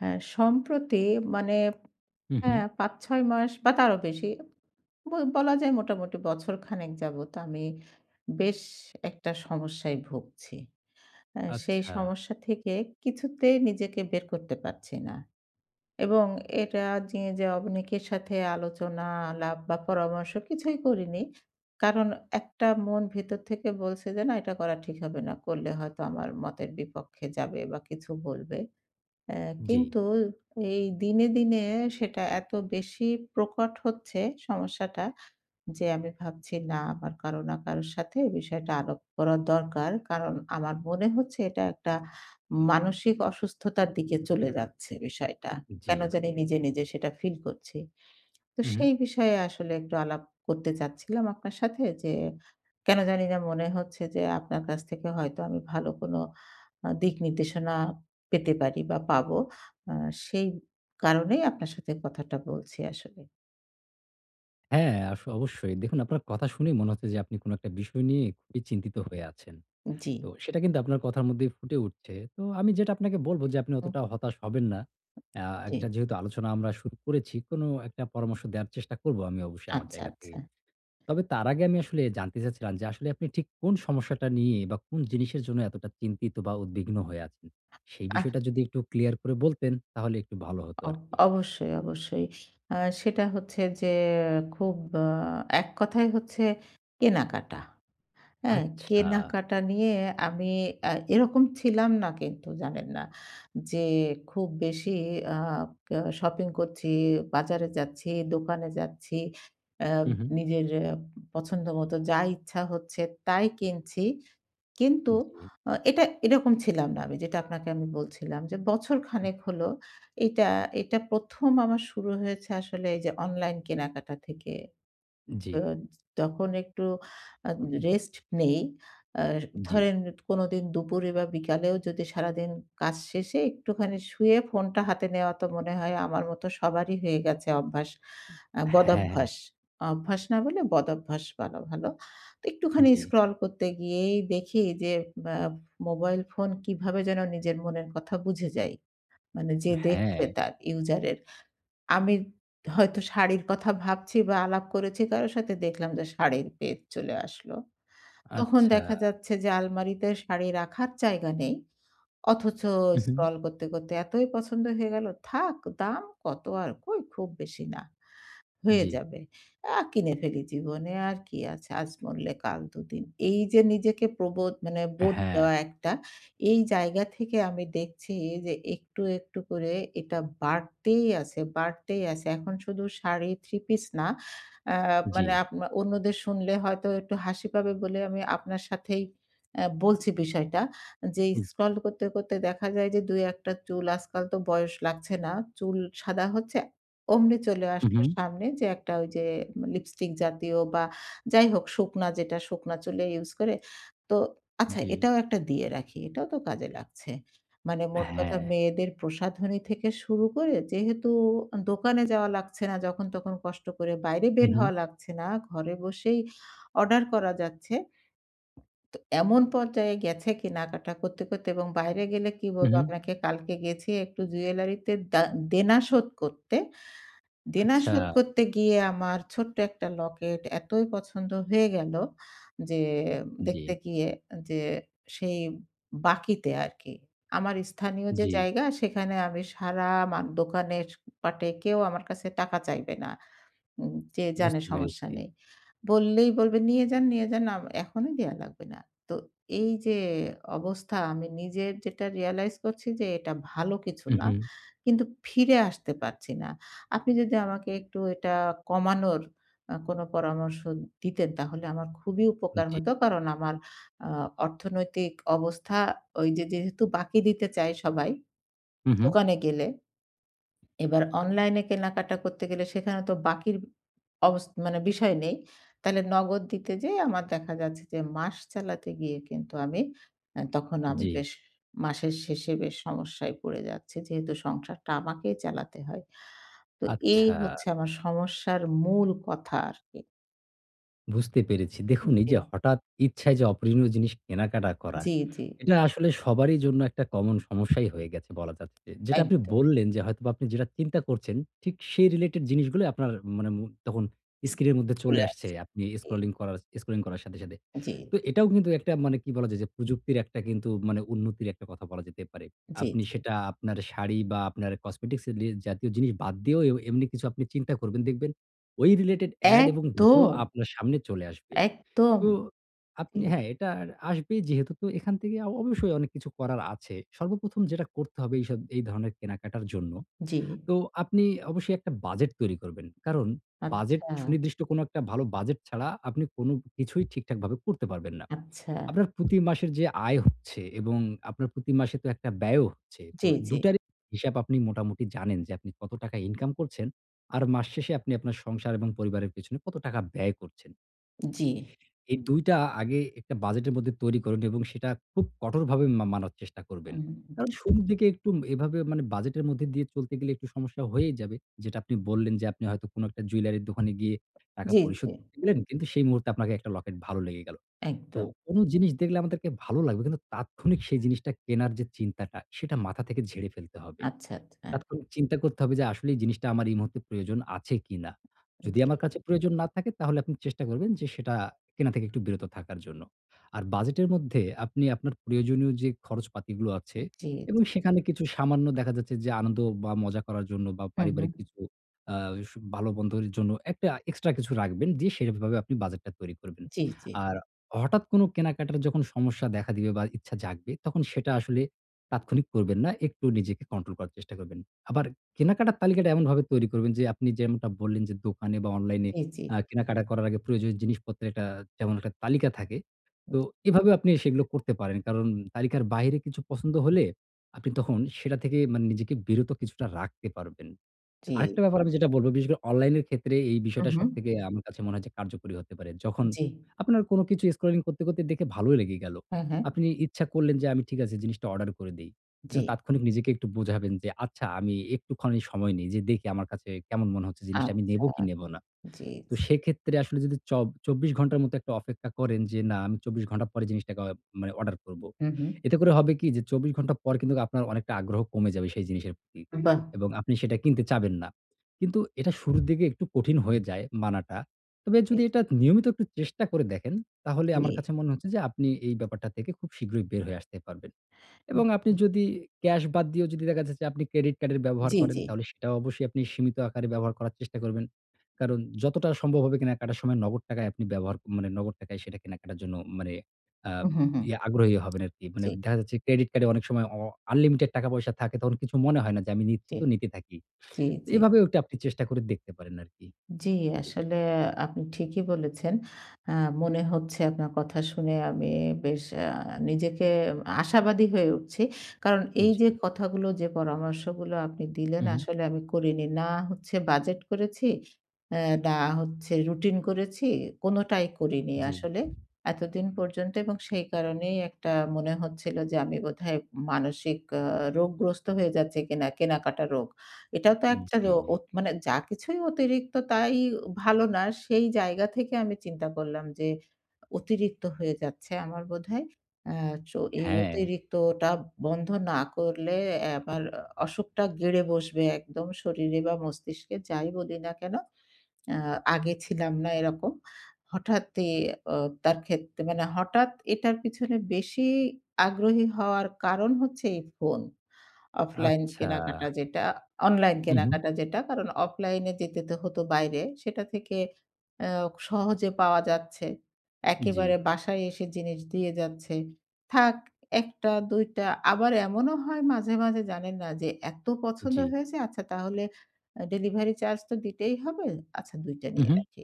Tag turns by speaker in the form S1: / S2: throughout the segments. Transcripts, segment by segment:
S1: হ্যাঁ, সম্প্রতি মানে
S2: হুম, হুম।
S1: হ্যাঁ ৫-৬ মাস বা তারও বেশি বলা যায় মোটামুটি বছরখানেক যাবত আমি বেশ একটা সমস্যায় ভুগছি। সেই
S2: আচ্ছা।
S1: সমস্যা থেকে কিছুতেই নিজেকে বের করতে পারছি না। এবং এটা নিয়ে যে অনেকের সাথে আলোচনা, আলাপ বা পরামর্শ কিছুই করিনি। কারণ একটা মন ভেতর থেকে বলছে যে, "না এটা করা ঠিক হবে না। করলে হয়তো আমার মতের বিপক্ষে যাবে বা কিছু বলবে।"
S2: জি,
S1: কিন্তু এই দিনে, দিনে সেটা এত বেশি প্রকট হচ্ছে সমস্যাটা যে আমি ভাবছি না আমার কারো না কারো সাথে এই বিষয়টা আলাপ করা দরকার। কারণ আমার মনে হচ্ছে এটা একটা মানসিক অসুস্থতার দিকে চলে যাচ্ছে বিষয়টা।
S2: জি।
S1: কেন জানি নিজে, নিজে সেটা ফিল করছি। তো
S2: হুম, হুম।
S1: সেই বিষয়ে আসলে একটু আলাপ করতে চাচ্ছিলাম আপনার সাথে যে, কেন জানি না মনে হচ্ছে যে আপনার কাছ থেকে হয়তো আমি ভালো কোনো দিক নির্দেশনা পেতে পারি বা পাবো। আ সেই কারণেই আপনার সাথে কথাটা বলছি আসলে।
S2: হ্যাঁ, অবশ্যই। দেখুন আপনার কথা শুনেই মনে হচ্ছে যে আপনি কোনো একটা বিষয় নিয়ে খুবই চিন্তিত হয়ে আছেন।
S1: জি,
S2: তো সেটা কিন্তু আপনার কথার মধ্যেই ফুটে উঠছে। তো আমি যেটা আপনাকে বলব যে আপনি
S1: হুম,
S2: অতটা হতাশ হবেন না। আ
S1: জি।
S2: একটা যেহেতু আলোচনা আমরা শুরু করেছি, কোনো একটা পরামর্শ দেওয়ার চেষ্টা করব আমি অবশ্যই আমার
S1: আচ্ছা,
S2: জায়গা থেকে।
S1: আচ্ছা।
S2: তবে তার আগে আমি আসলে জানতে চাচ্ছিলাম যে আসলে আপনি ঠিক কোন সমস্যাটা নিয়ে বা কোন জিনিসের জন্য এতটা চিন্তিত বা উদ্বিগ্ন হয়ে আছেন? সেই
S1: আহ
S2: বিষয়টা যদি একটু ক্লিয়ার করে বলতেন তাহলে একটু ভালো হতো
S1: অ
S2: আরকি।
S1: অবশ্যই, অবশ্যই। আ সেটা হচ্ছে যে খুব আ এক কথায় হচ্ছে কেনাকাটা। হ্যাঁ,
S2: আচ্ছা।
S1: কেনাকাটা নিয়ে আমি এরকম ছিলাম না কিন্তু জানেন না? যে খুব বেশি আ ক শপিং করছি, বাজারে যাচ্ছি, দোকানে যাচ্ছি, আ
S2: হু, হু।
S1: নিজের পছন্দ মতো যা ইচ্ছা হচ্ছে তাই কিনছি। কিন্তু
S2: জি,
S1: এটা এরকম ছিলাম না আমি যেটা আপনাকে আমি বলছিলাম যে বছর খানেক হলো এটা এটা ১ম আমার শুরু হয়েছে আসলে এই যে অনলাইন কেনাকাটা থেকে।
S2: জি,
S1: আ তখন একটু আ রেস্ট নেই। আ
S2: জি।
S1: ধরেন কোনোদিন দুপুরে বা বিকালেও যদি সারাদিন কাজ শেষে একটুখানি শুয়ে ফোনটা হাতে নেওয়া তো মনে হয় আমার মতো সবারই হয়ে গেছে অভ্যাস।
S2: হ্যাঁ,
S1: বদভ্যাস। অভ্যাস না বলে বদভ্যাস বলা ভালো। তো একটুখানি
S2: জি,
S1: স্ক্রল করতে গিয়েই দেখি যে আ মোবাইল ফোন কিভাবে যেন নিজের মনের কথা বুঝে যাই। মানে যে দেখছে
S2: হ্যাঁ,
S1: তার ইউজারের। আমি হয়তো শাড়ির কথা ভাবছি বা আলাপ করেছি কারো সাথে দেখলাম যে শাড়ির পেজ চলে আসলো। তখন
S2: আচ্ছা।
S1: দেখা যাচ্ছে যে আলমারিতে শাড়ি রাখার জায়গা নেই। অথচ
S2: হু, হু।
S1: স্ক্রল করতে, করতে এতই পছন্দ হয়ে গেল, থাক দাম কত আর কই খুব বেশি না। হয়ে
S2: জি,
S1: যাবে। কিনে ফেলি জীবনে আর কি আছে, আজ মরলে কাল দুদিন। এই যে নিজেকে প্রবোধ মানে বোধ
S2: হ্যাঁ,
S1: দেওয়া একটা, এই জায়গা থেকে আমি দেখছি যে একটু, একটু করে এটা বাড়তেই আছে, বাড়তেই আছে। এখন শুধু শাড়ি, থ্রি পিস না, আ
S2: জি,
S1: মানে আপনা অন্যদের শুনলে হয়তো একটু হাসি পাবে বলে আমি আপনার সাথেই বলছি বিষয়টা। যে স্ক্রল করতে, করতে দেখা যায় যে ২-১ টা চুল আজকাল তো বয়স লাগছে না। চুল সাদা হচ্ছে অমনি চলে
S2: হু,
S1: আসলো
S2: হু,
S1: সামনে যে একটা ওই যে লিপস্টিক জাতীয় বা যাই হোক শুকনা যেটা শুকনা চুলে ইউজ করে। তো আচ্ছা
S2: জি,
S1: এটাও একটা দিয়ে রাখি। এটাও তো কাজে লাগছে। মানে মোট কথা
S2: হ্যাঁ,
S1: মেয়েদের প্রসাধনী থেকে শুরু করে যেহেতু দোকানে যাওয়া লাগছে না, যখন তখন কষ্ট করে বাইরে
S2: হু,
S1: বের
S2: হু,
S1: হওয়া লাগছে না। ঘরে বসেই অর্ডার করা যাচ্ছে। তো এমন পর্যায়ে গেছে কেনাকাটা করতে, করতে এবং বাইরে গেলে কি
S2: হু,
S1: বলব
S2: হু।
S1: আপনাকে কালকে গেছি একটু জুয়েলারিতে দেনা শোধ করতে। দেনা
S2: আচ্ছা,
S1: শোধ করতে গিয়ে আমার ছোট্ট একটা লকেট এতই পছন্দ হয়ে গেল যে
S2: জি,
S1: দেখতে গিয়ে যে সেই বাকিতে আরকি। আমার স্থানীয় যে
S2: জি,
S1: জায়গা সেখানে আমি সারা মান দোকানের পাটে কেউ আমার কাছে টাকা চাইবে না। যে জানে
S2: বুঝতে
S1: সমস্যা
S2: পেরেছি।
S1: নেই। বললেই বলবে, "নিয়ে যান, নিয়ে যান। এখনই দেয়া লাগবে না।" তো এই যে অবস্থা আমি নিজের যেটা রিয়ালাইজ করছি যে এটা ভালো কিছু
S2: হু,
S1: না।
S2: হু,
S1: কিন্তু ফিরে আসতে পারছি না। আপনি যদি আমাকে একটু এটা কমানোর কোনো পরামর্শ দিতেন তাহলে আমার খুবই উপকার
S2: জি,
S1: হতো। কারণ আমার আ অর্থনৈতিক অবস্থা ওই যে যেহেতু বাকি দিতে চায় সবাই
S2: হু, হু,
S1: দোকানে গেলে এবার অনলাইনে কেনাকাটা করতে গেলে সেখানে তো বাকির মানে বিষয় নেই। তাহলে নগদ দিতে যেয়ে আমার দেখা যাচ্ছে যে মাস চালাতে গিয়ে কিন্তু আমি তখন আমি
S2: জি,
S1: বেশ মাসের শেষে বেশ সমস্যায় পড়ে যাচ্ছি। যেহেতু সংসারটা আমাকেই চালাতে হয়। তো এই
S2: আচ্ছা।
S1: হচ্ছে আমার সমস্যার মূল কথা আরকি।
S2: বুঝতে পেরেছি। দেখুন এই
S1: জি,
S2: যে হঠাৎ ইচ্ছায় যে অপ্রয়োজনীয় জিনিস কেনাকাটা করা,
S1: জি, জি।
S2: এটা আসলে সবারই জন্য একটা কমন সমস্যাই হয়ে গেছে বলা যাচ্ছে। যেটা আপনি
S1: একদম।
S2: বললেন যে হয়তোবা আপনি যেটা চিন্তা করছেন, ঠিক সেই রিলেটেড জিনিসগুলোই আপনার মানে মু তখন স্ক্রিনের মধ্যে
S1: স্ক্রিপ্ট
S2: চলে
S1: চলে
S2: আসছে।
S1: আসছে।
S2: আপনি
S1: জি,
S2: স্ক্রলিং করার সাথে, সাথে।
S1: জি,
S2: তো এটাও কিন্তু একটা মানে কি বলা যায় যে প্রযুক্তির একটা কিন্তু মানে উন্নতির একটা কথা বলা যেতে পারে।
S1: জি,
S2: আপনি
S1: জি।
S2: সেটা আপনার শাড়ি বা আপনার কসমেটিক্স জাতীয় জিনিস বাদ দিয়েও এমনি কিছু আপনি চিন্তা করবেন দেখবেন ওই রিলেটেড এড এবং ভিডিও
S1: একদম,
S2: আপনার সামনে চলে আসবে।
S1: একদম।
S2: তো আপনি
S1: জি,
S2: হ্যাঁ, এটা আসবেই যেহেতু তো এখান থেকে অবশ্যই অনেক কিছু করার আছে। সর্বপ্রথম যেটা করতে হবে এই ধরনের কেনাকাটার জন্য,
S1: জি।
S2: তো আপনি অবশ্যই একটা বাজেট তৈরি করবেন। কারণ বাজেট
S1: আচ্ছা।
S2: সুনির্দিষ্ট কোনো একটা ভালো বাজেট ছাড়া আপনি কোনো কিছুই ঠিকঠাকভাবে করতে পারবেন না।
S1: আচ্ছা।
S2: আপনার প্রতি মাসের যে আয় হচ্ছে এবং আপনার প্রতি মাসে তো একটা ব্যয়ও হচ্ছে। তো
S1: জি, জি,
S2: দুটারই হিসাব আপনি মোটামুটি জানেন যে আপনি কত টাকা ইনকাম করছেন আর মাস শেষে আপনি আপনার সংসার এবং পরিবারের পেছনে কত টাকা ব্যয় করছেন।
S1: জি।
S2: এই ২ টা আগে একটা বাজেটের মধ্যে তৈরি করুন এবং সেটা খুব কঠোরভাবে মানার চেষ্টা করবেন।
S1: উম
S2: কারণ শুরুর দিকে একটু এভাবে মানে বাজেটের মধ্যে দিয়ে চলতে গেলে একটু সমস্যা হয়েই যাবে। যেটা আপনি বললেন যে আপনি হয়তো কোনো একটা জুয়েলারির দোকানে গিয়ে টাকা
S1: জি, জি।
S2: পরিশোধ করতে গেলেন। কিন্তু সেই মুহূর্তে আপনাকে একটা লকেট ভালো লেগে গেল। তো
S1: একদম।
S2: কোন জিনিস দেখলে আমাদেরকে ভালো লাগবে। কিন্তু তাৎক্ষণিক সেই জিনিসটা কেনার যে চিন্তাটা, সেটা মাথা থেকে ঝেড়ে ফেলতে হবে।
S1: আচ্ছা, আচ্ছা।
S2: তাৎক্ষণিক চিন্তা করতে হবে যে আসলে এই জিনিসটা আমার এই মুহূর্তে প্রয়োজন আছে কিনা? যদি
S1: জি,
S2: আমার কাছে প্রয়োজন না থাকে তাহলে আপনি চেষ্টা করবেন যে সেটা কেনা থেকে একটু বিরত থাকার জন্য। আর বাজেটের মধ্যে আপনি আপনার প্রয়োজনীয় যে খরচপাতিগুলো আছে
S1: জি,
S2: এবং
S1: জি।
S2: সেখানে কিছু সামান্য দেখা যাচ্ছে যে আনন্দ বা মজা করার জন্য বা
S1: হুম, হুম।
S2: পারিবারিক কিছু আ ভালো-মন্দর জন্য একটা এক্সট্রা কিছু রাখবেন দিয়ে সেভাবে আপনি বাজেটটা তৈরি করবেন।
S1: জি, জি,
S2: আর হঠাৎ কোনো কেনাকাটার যখন সমস্যা দেখা দিবে বা ইচ্ছা জাগবে তখন সেটা আসলে তাৎক্ষণিক করবেন না। একটু নিজেকে কন্ট্রোল করার চেষ্টা করবেন। আবার কেনাকাটার তালিকাটা এমনভাবে তৈরি করবেন যে আপনি যেমনটা বললেন যে দোকানে বা অনলাইনে
S1: জি, জি,
S2: কেনাকাটা করার আগে প্রয়োজনীয় জিনিসপত্রের একটা যেমন একটা তালিকা থাকে। তো এভাবেও আপনি সেগুলো করতে পারেন। কারণ তালিকার বাইরে কিছু পছন্দ হলে আপনি তখন সেটা থেকে মানে নিজেকে বিরত কিছুটা রাখতে পারবেন।
S1: জি।
S2: আরেকটা ব্যাপার আমি যেটা বলব, বিশেষ করে অনলাইনের ক্ষেত্রে এই
S1: হুম,
S2: বিষয়টা
S1: হুম।
S2: সবথেকে আমার কাছে মনে হয় যে কার্যকরী হতে পারে। যখন
S1: জি।
S2: আপনার কোন কিছু স্ক্রলিং করতে, করতে দেখে ভালোই লেগে গেল।
S1: হ্যাঁ, হ্যাঁ।
S2: আপনি ইচ্ছা করলেন যে আমি ঠিক আছে জিনিসটা অর্ডার করে দেই।
S1: জি।
S2: কিন্তু তাৎক্ষণিক নিজেকে একটু বোঝাবেন যে আচ্ছা আমি একটুখানি সময় নেই যে দেখি আমার কাছে কেমন মনে হচ্ছে জিনিসটা আমি নেব
S1: আচ্ছা।
S2: কি নেব না।
S1: জি,
S2: তো
S1: জি।
S2: সেক্ষেত্রে আসলে যদি ২৪ ঘন্টার মতো একটা অপেক্ষা করেন যে, "না, আমি ২৪ ঘন্টা পরে জিনিসটাকে মানে অর্ডার করব।"
S1: হুম, হুম।
S2: এতে করে হবে কি যে ২৪ ঘন্টা পর কিন্তু আপনার অনেকটা আগ্রহ কমে যাবে সেই জিনিসের প্রতি
S1: বাহ!
S2: এবং আপনি সেটা কিনতে চাবেন না। কিন্তু এটা শুরুর দিকে একটু কঠিন হয়ে যায় মানাটা। তবে
S1: এ
S2: যদি এটা নিয়মিত একটু চেষ্টা করে দেখেন, তাহলে
S1: জি।
S2: আমার কাছে মনে হচ্ছে যে আপনি এই ব্যাপারটা থেকে খুব শীঘ্রই বের হয়ে আসতে পারবেন। এবং আপনি যদি ক্যাশ বাদ দিয়েও যদি দেখা যাচ্ছে যে আপনি ক্রেডিট কার্ডের ব্যবহার
S1: জি,
S2: করেন,
S1: জি।
S2: তাহলে সেটাও অবশ্যই আপনি সীমিত আকারে ব্যবহার করার চেষ্টা করবেন। কারণ যতটা সম্ভব হবে কেনাকাটার সময় নগদ টাকায় আপনি ব্যবহার ক- মানে নগদ টাকায় সেটা কেনাকাটার জন্য মানে আ
S1: হুম, হুম, হুম।
S2: আগ্রহী হবেন আরকি। মানে
S1: জি,
S2: দেখা যাচ্ছে ক্রেডিট কার্ডে অনেক সময় আনলিমিটেড টাকা-পয়সা থাকে তখন কিছু মনে হয় না যে আমি নিচ্ছি
S1: জি,
S2: তো নিতে থাকি।
S1: জি,
S2: তো
S1: জি।
S2: এভাবেও একটু আপনি চেষ্টা করে দেখতে পারেন আরকি।
S1: জি,
S2: জি,
S1: আসলে আপনি ঠিকই বলেছেন। আ মনে হচ্ছে আপনার কথা শুনে আমি বেশ নিজেকে আশাবাদী হয়ে উঠছি। কারণ এই
S2: জি।
S1: যে কথাগুলো, যে পরামর্শগুলো আপনি দিলেন
S2: হুম, হুম।
S1: আসলে আমি করিনি। না হচ্ছে বাজেট করেছি, না হচ্ছে রুটিন করেছি, কোনটাই করিনি
S2: জি,
S1: আসলে এতদিন পর্যন্ত এবং সেই কারণেই একটা মনে হচ্ছিল যে আমি বোধহয় মানসিক রোগগ্রস্ত হয়ে যাচ্ছি কিনা, কেনাকাটা রোগ। এটাও তো একটা
S2: জি।
S1: রো ওত মানে যা কিছুই অতিরিক্ত তাই ভালো না। সেই জায়গা থেকে আমি চিন্তা করলাম যে অতিরিক্ত হয়ে যাচ্ছে আমার বোধহয়। আ তো এই
S2: হ্যাঁ।
S1: অতিরিক্তটা বন্ধ না করলে আবার অসুখটা গেড়ে বসবে একদম শরীরে বা মস্তিষ্কে যাই বলি না কেন। আ আগে ছিলাম না এরকম। হঠাৎই অ তার ক্ষেত্রে মানে হঠাৎ এটার পিছনে বেশি আগ্রহী হওয়ার কারণ হচ্ছে এই ফোন। অফলাইন
S2: আচ্ছা।
S1: কেনাকাটা যেটা অনলাইন
S2: হুম, হুম।
S1: কেনাকাটা যেটা। কারণ অফলাইনে যেতে তো হতো বাইরে। সেটা থেকে অ্যা সহজে পাওয়া যাচ্ছে।
S2: জি,
S1: একেবারে বাসায় এসে জিনিস দিয়ে যাচ্ছে। থাক ১ টা ২ টা আবার এমনও হয় মাঝে, মাঝে জানেন না যে এত পছন্দ
S2: জি।
S1: হয়েছে আচ্ছা তাহলে ডেলিভারি চার্জ তো দিতেই হবে। আচ্ছা ২ টা
S2: হুম,
S1: নিয়ে
S2: হুম।
S1: রাখি।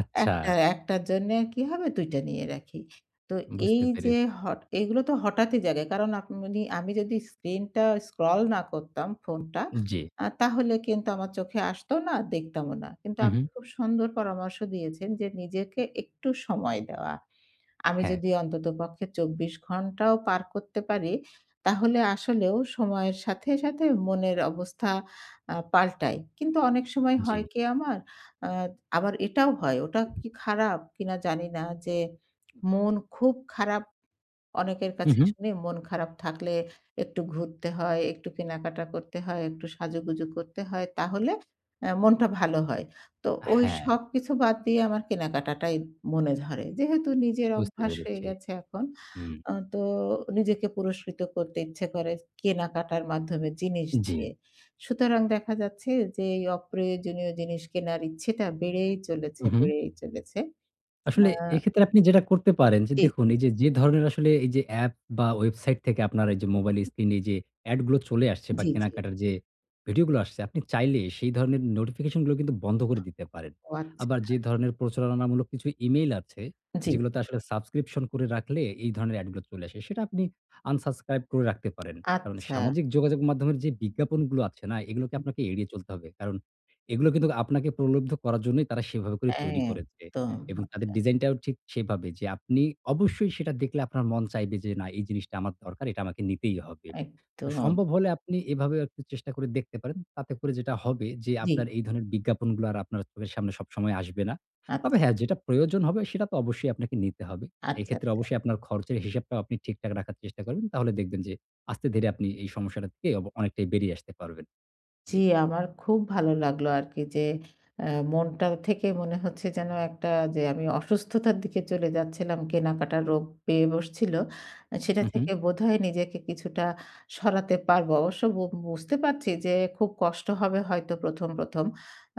S2: আচ্ছা।
S1: একটা, একটার জন্যে কি হবে ২ টা নিয়ে রাখি। তো এই
S2: বুঝতে
S1: যে
S2: পেরেছি।
S1: এগুলো তো হঠাৎই জাগে। কারণ আপনি আমি যদি স্ক্রিনটা স্ক্রল না করতাম ফোনটা,
S2: জি।
S1: তাহলে কিন্তু আমার চোখে আসতো না, দেখতামও না। কিন্তু
S2: হু, হু।
S1: আপনি খুব সুন্দর পরামর্শ দিয়েছেন যে নিজেকে একটু সময় দেওয়া। আমি
S2: হ্যাঁ,
S1: যদি অন্ততপক্ষে ২৪ ঘন্টাও পার করতে পারি, তাহলে আসলেও সময়ের সাথে, সাথে মনের অবস্থা পাল্টায়। কিন্তু অনেক সময়
S2: জি।
S1: হয় কি আমার, আ আবার এটাও হয়, ওটা কি খারাপ কিনা জানি না যে, মন খুব খারাপ অনেকের
S2: হু,
S1: কাছে
S2: হু।
S1: শুনি মন খারাপ থাকলে একটু ঘুরতে হয়, একটু কেনাকাটা করতে হয়, একটু সাজুগুজু করতে হয়। তাহলে মনটা ভালো হয়। তো ওই
S2: হ্যাঁ,
S1: সবকিছু বাদ দিয়ে আমার কেনাকাটাটাই মনে ধরে। যেহেতু নিজের
S2: বুঝতে
S1: অভ্যাস হয়ে
S2: পেরেছি।
S1: গেছে এখন।
S2: হুম,
S1: তো নিজেকে পুরস্কৃত করতে ইচ্ছে করে কেনাকাটার মাধ্যমে জিনিস
S2: জি।
S1: দিয়ে। সুতরাং দেখা যাচ্ছে যে এই অপ্রয়োজনীয় জিনিস কেনার ইচ্ছেটা বেড়েই চলেছে,
S2: হু, হু।
S1: বেড়েই চলেছে।
S2: আসলে
S1: আ
S2: এক্ষেত্রে আপনি যেটা করতে পারেন যে
S1: জি,
S2: দেখুন এই যে, যে ধরনের আসলে এই যে অ্যাপ বা ওয়েবসাইট থেকে আপনার এই যে মোবাইল স্ক্রিনে যে অ্যাড গুলো চলে আসছে বা
S1: জি, জি।
S2: কেনাকাটার যে ভিডিওগুলো আসছে, আপনি চাইলে সেই ধরনের নোটিফিকেশন গুলো কিন্তু বন্ধ করে দিতে পারেন।
S1: ও আচ্ছা।
S2: আবার যে ধরনের প্রচারণামূলক কিছু ইমেইল আছে,
S1: জি,
S2: যেগুলোতে আসলে সাবস্ক্রিপশন করে রাখলে এই ধরনের অ্যাড গুলো চলে আসে। সেটা আপনি আনসাবস্ক্রাইব করে রাখতে পারেন। কারণ
S1: আচ্ছা।
S2: সামাজিক যোগাযোগ মাধ্যমের যে বিজ্ঞাপনগুলো আছে না, এগুলোকে আপনাকে এড়িয়ে চলতে হবে। কারণ এগুলো কিন্তু আপনাকে প্রলুব্ধ করার জন্যই তারা সেভাবে করে তৈরি করেছে।
S1: একদম,
S2: এবং তাদের
S1: আচ্ছা,
S2: ডিজাইনটাও ঠিক সেভাবে যে আপনি অবশ্যই সেটা দেখলে আপনার মন চাইবে যে, "না এই জিনিসটা আমার দরকার, এটা আমাকে নিতেই হবে।" তো
S1: একদম।
S2: সম্ভব হলে আপনি এভাবেও একটু চেষ্টা করে দেখতে পারেন। তাতে করে যেটা হবে যে
S1: জি,
S2: আপনার এই ধরনের বিজ্ঞাপনগুলো আর আপনার চোখের সামনে সবসময় আসবে না। তবে
S1: আচ্ছা,
S2: হ্যাঁ, যেটা প্রয়োজন হবে সেটা তো অবশ্যই আপনাকে নিতে হবে।
S1: আচ্ছা,
S2: এক্ষেত্রে
S1: আচ্ছা।
S2: অবশ্যই আপনার খরচের হিসাবটাও আপনি ঠিকঠাক রাখার চেষ্টা করবেন। তাহলে দেখবেন যে আস্তে ধীরে আপনি এই সমস্যাটা থেকে অনেকটাই বেরিয়ে আসতে পারবেন।
S1: জি,
S2: জি।
S1: আমার খুব ভালো লাগলো আরকি যে মনটা থেকে মনে হচ্ছে যেন একটা যে আমি অসুস্থতার দিকে চলে যাচ্ছিলাম, কেনাকাটার রোগ পেয়ে বসছিল। সেটা
S2: হু, হু।
S1: থেকে বোধহয় নিজেকে কিছুটা সরাতে পারবো। অবশ্য বুঝতে পারছি যে খুব কষ্ট হবে হয়তো ১ম, ১ম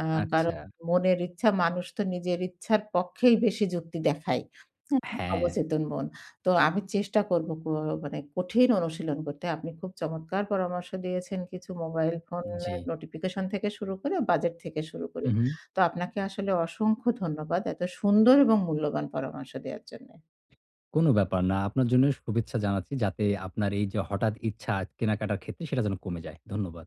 S1: আ কারণ
S2: আচ্ছা।
S1: মনের ইচ্ছা মানুষ তো নিজের ইচ্ছার পক্ষেই বেশি যুক্তি দেখায়। হ্যাঁ,
S2: হ্যাঁ,
S1: অবচেতন মন। তো আমি চেষ্টা করব মানে কঠিন অনুশীলন করতে। আপনি খুব চমৎকার পরামর্শ দিয়েছেন কিছু মোবাইল ফোনের
S2: জি।
S1: নোটিফিকেশন থেকে শুরু করে বাজেট থেকে শুরু করে।
S2: হু, হু।
S1: তো আপনাকে আসলে অসংখ্য ধন্যবাদ এত সুন্দর এবং মূল্যবান পরামর্শ দেওয়ার জন্যে।
S2: কোনো ব্যাপার না। আপনার জন্য শুভেচ্ছা জানাচ্ছি যাতে আপনার এই যে হঠাৎ ইচ্ছা কেনাকাটার ক্ষেত্রে সেটা যেন কমে যায়। ধন্যবাদ।